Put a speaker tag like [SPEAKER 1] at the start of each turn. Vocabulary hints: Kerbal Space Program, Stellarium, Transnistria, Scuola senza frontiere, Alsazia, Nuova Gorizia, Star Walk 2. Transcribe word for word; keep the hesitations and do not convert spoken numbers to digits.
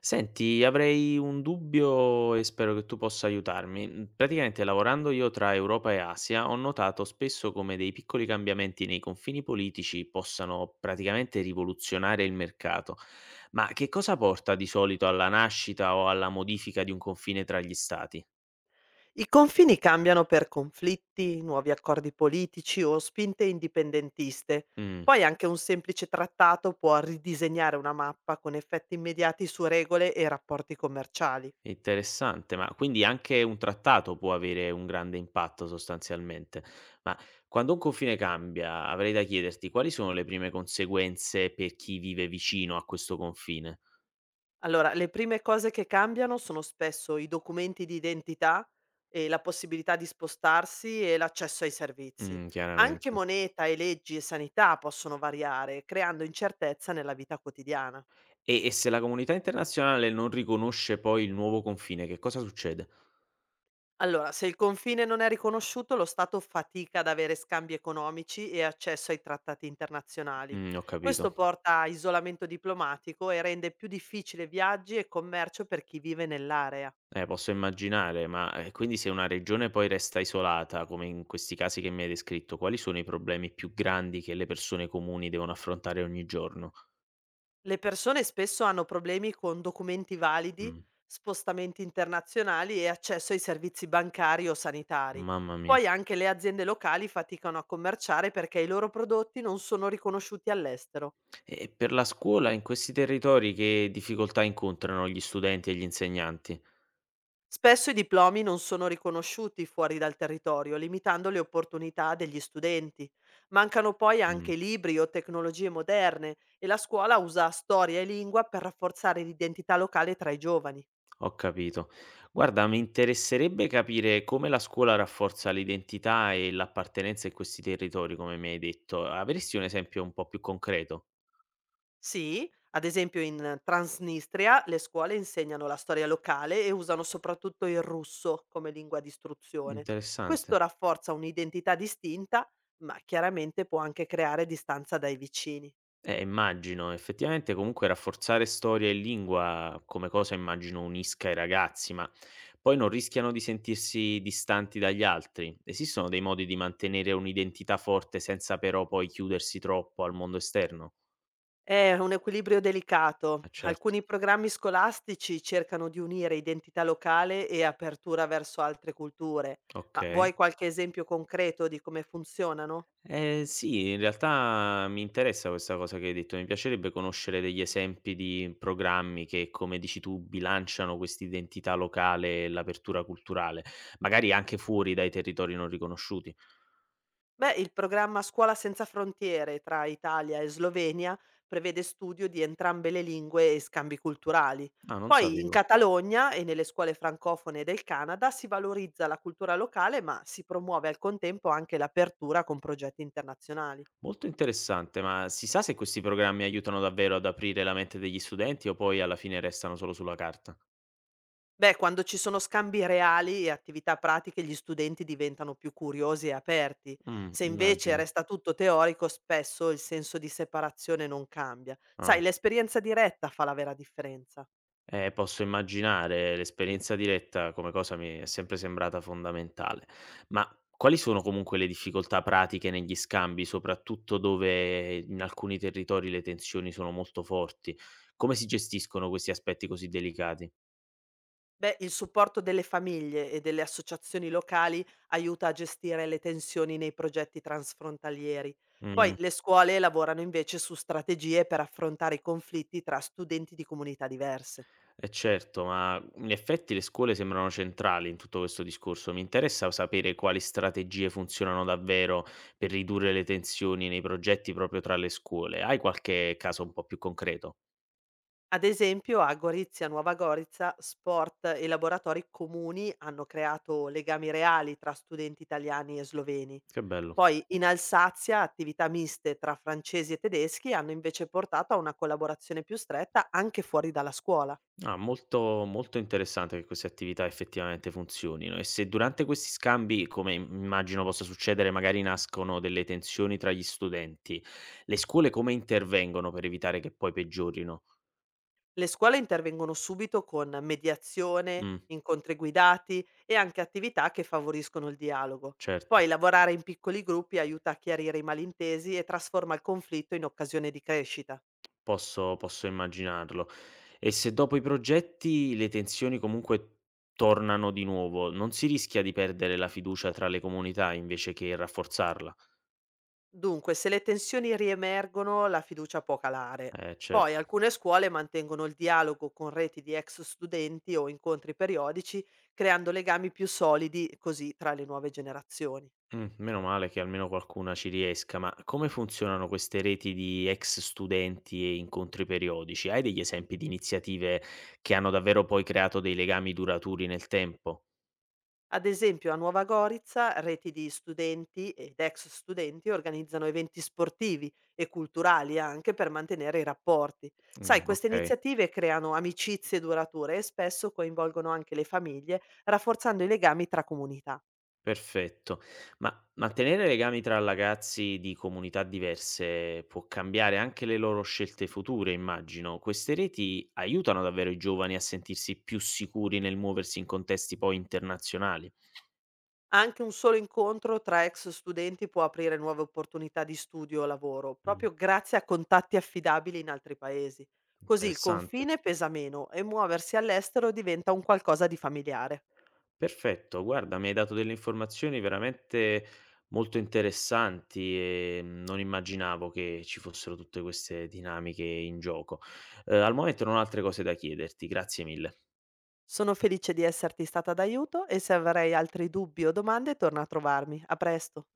[SPEAKER 1] Senti, avrei un dubbio e spero che tu possa aiutarmi. Mhmm, praticamente lavorando io tra Europa e Asia, ho notato spesso come dei piccoli cambiamenti nei confini politici possano praticamente rivoluzionare il mercato. Ma che cosa porta di solito alla nascita o alla modifica di un confine tra gli stati?
[SPEAKER 2] I confini cambiano per conflitti, nuovi accordi politici o spinte indipendentiste.
[SPEAKER 1] Mh.
[SPEAKER 2] Poi anche un semplice trattato può ridisegnare una mappa con effetti immediati su regole e rapporti commerciali.
[SPEAKER 1] Interessante, ma quindi anche un trattato può avere un grande impatto sostanzialmente. Ma quando un confine cambia, avrei da chiederti quali sono le prime conseguenze per chi vive vicino a questo confine?
[SPEAKER 2] Allora, le prime cose che cambiano sono spesso i documenti di identità e la possibilità di spostarsi e l'accesso ai servizi.
[SPEAKER 1] Mh,
[SPEAKER 2] Anche
[SPEAKER 1] chiaramente.
[SPEAKER 2] moneta e leggi e sanità possono variare, creando incertezza nella vita quotidiana.
[SPEAKER 1] E e se la comunità internazionale non riconosce poi il nuovo confine, che cosa succede?
[SPEAKER 2] Allora, se il confine non è riconosciuto, lo Stato fatica ad avere scambi economici e accesso ai trattati internazionali.
[SPEAKER 1] Mh, ho capito.
[SPEAKER 2] Questo porta a isolamento diplomatico e rende più difficile viaggi e commercio per chi vive nell'area.
[SPEAKER 1] Eh, posso immaginare, ma, ehm, quindi se una regione poi resta isolata, come in questi casi che mi hai descritto, quali sono i problemi più grandi che le persone comuni devono affrontare ogni giorno?
[SPEAKER 2] Le persone spesso hanno problemi con documenti validi,
[SPEAKER 1] Mh.
[SPEAKER 2] spostamenti internazionali e accesso ai servizi bancari o sanitari.
[SPEAKER 1] Mamma mia.
[SPEAKER 2] Poi anche le aziende locali faticano a commerciare perché i loro prodotti non sono riconosciuti all'estero.
[SPEAKER 1] E e per la scuola in questi territori che difficoltà incontrano gli studenti e gli insegnanti?
[SPEAKER 2] Spesso i diplomi non sono riconosciuti fuori dal territorio, limitando le opportunità degli studenti. Mancano poi
[SPEAKER 1] Mh,
[SPEAKER 2] anche libri o tecnologie moderne e la scuola usa storia e lingua per rafforzare l'identità locale tra i giovani.
[SPEAKER 1] ho capito. Guarda, mi interesserebbe capire come la scuola rafforza l'identità e l'appartenenza in questi territori, come mi hai detto. Avresti un esempio un po' più concreto?
[SPEAKER 2] Sì, ad esempio in Transnistria le scuole insegnano la storia locale e usano soprattutto il russo come lingua di istruzione.
[SPEAKER 1] Interessante.
[SPEAKER 2] Questo rafforza un'identità distinta, ma chiaramente può anche creare distanza dai vicini.
[SPEAKER 1] Eh, immagino. Effettivamente comunque rafforzare storia e lingua come cosa immagino unisca i ragazzi, ma poi non rischiano di sentirsi distanti dagli altri. Esistono dei modi di mantenere un'identità forte senza però poi chiudersi troppo al mondo esterno?
[SPEAKER 2] È un equilibrio
[SPEAKER 1] Ah,
[SPEAKER 2] delicato.
[SPEAKER 1] certo,
[SPEAKER 2] Alcuni programmi scolastici cercano di unire identità locale e apertura verso altre culture. Ma
[SPEAKER 1] ok.
[SPEAKER 2] vuoi qualche esempio concreto di come funzionano?
[SPEAKER 1] Ehm, sì, in realtà mi interessa questa cosa che hai detto. Mi piacerebbe conoscere degli esempi di programmi che, come dici tu, bilanciano quest'identità locale e l'apertura culturale, magari anche fuori dai territori non riconosciuti.
[SPEAKER 2] Beh, il programma Scuola senza frontiere tra Italia e Slovenia prevede studio di entrambe le lingue e scambi culturali.
[SPEAKER 1] Ah, non
[SPEAKER 2] Poi in
[SPEAKER 1] sapevo.
[SPEAKER 2] Catalogna e nelle scuole francofone del Canada si valorizza la cultura locale, ma si promuove al contempo anche l'apertura con progetti internazionali.
[SPEAKER 1] Molto interessante, ma si sa se questi programmi aiutano davvero ad aprire la mente degli studenti o poi alla fine restano solo sulla carta?
[SPEAKER 2] Beh, quando ci sono scambi reali e attività pratiche, gli studenti diventano più curiosi e aperti.
[SPEAKER 1] Mh,
[SPEAKER 2] Se invece
[SPEAKER 1] immagino.
[SPEAKER 2] resta tutto teorico, spesso il senso di separazione non cambia.
[SPEAKER 1] Ah.
[SPEAKER 2] Sai, l'esperienza diretta fa la vera differenza.
[SPEAKER 1] Eh, posso immaginare, l'esperienza diretta come cosa mi è sempre sembrata fondamentale. Ma quali sono comunque le difficoltà pratiche negli scambi, soprattutto dove in alcuni territori le tensioni sono molto forti? Come si gestiscono questi aspetti così delicati?
[SPEAKER 2] Beh, il supporto delle famiglie e delle associazioni locali aiuta a gestire le tensioni nei progetti transfrontalieri. Poi
[SPEAKER 1] Mh,
[SPEAKER 2] le scuole lavorano invece su strategie per affrontare i conflitti tra studenti di comunità diverse.
[SPEAKER 1] eh certo, ma in effetti le scuole sembrano centrali in tutto questo discorso. Mi interessa sapere quali strategie funzionano davvero per ridurre le tensioni nei progetti proprio tra le scuole. Hai qualche caso un po' più concreto?
[SPEAKER 2] Ad esempio a Gorizia, Nuova Gorizia, sport e laboratori comuni hanno creato legami reali tra studenti italiani e sloveni.
[SPEAKER 1] Che bello.
[SPEAKER 2] Poi in Alsazia attività miste tra francesi e tedeschi hanno invece portato a una collaborazione più stretta anche fuori dalla scuola.
[SPEAKER 1] Ah, molto, molto interessante che queste attività effettivamente funzionino e se durante questi scambi, come im immagino possa succedere, magari nascono delle tensioni tra gli studenti, le scuole come intervengono per evitare che poi peggiorino?
[SPEAKER 2] Le scuole intervengono subito con mediazione,
[SPEAKER 1] Mh,
[SPEAKER 2] incontri guidati e anche attività che favoriscono il dialogo.
[SPEAKER 1] certo,
[SPEAKER 2] Poi lavorare in piccoli gruppi aiuta a chiarire i malintesi e trasforma il conflitto in occasione di crescita.
[SPEAKER 1] posso posso immaginarlo. E se dopo i progetti le tensioni comunque tornano di nuovo, non si rischia di perdere la fiducia tra le comunità invece che rafforzarla?
[SPEAKER 2] Dunque, se le tensioni riemergono, la fiducia può calare.
[SPEAKER 1] Eh, cer
[SPEAKER 2] Poi alcune scuole mantengono il dialogo con reti di ex studenti o incontri periodici, creando legami più solidi così tra le nuove generazioni.
[SPEAKER 1] Mh, meno male che almeno qualcuna ci riesca, ma come funzionano queste reti di ex studenti e incontri periodici? Hai degli esempi di iniziative che hanno davvero poi creato dei legami duraturi nel tempo?
[SPEAKER 2] Ad esempio, a Nuova Gorizia, reti di studenti ed ex studenti organizzano eventi sportivi e culturali anche per mantenere i rapporti. Sai,
[SPEAKER 1] Mh.
[SPEAKER 2] queste
[SPEAKER 1] Okay,
[SPEAKER 2] iniziative creano amicizie durature e spesso coinvolgono anche le famiglie, rafforzando i legami tra comunità.
[SPEAKER 1] perfetto. Ma mantenere legami tra ragazzi di comunità diverse può cambiare anche le loro scelte future, immagino. Queste reti aiutano davvero i giovani a sentirsi più sicuri nel muoversi in contesti poi internazionali.
[SPEAKER 2] Anche un solo incontro tra ex studenti può aprire nuove opportunità di studio o lavoro,
[SPEAKER 1] Mh,
[SPEAKER 2] proprio grazie a contatti affidabili in altri paesi. Così il
[SPEAKER 1] interessante.
[SPEAKER 2] confine pesa meno e muoversi all'estero diventa un qualcosa di familiare.
[SPEAKER 1] Perfetto, guarda, mi hai dato delle informazioni veramente molto interessanti e non immaginavo che ci fossero tutte queste dinamiche in gioco. Eh, al momento non ho altre cose da chiederti, grazie mille.
[SPEAKER 2] Sono felice di esserti stata d'aiuto e se avrai altri dubbi o domande torna a trovarmi. A presto.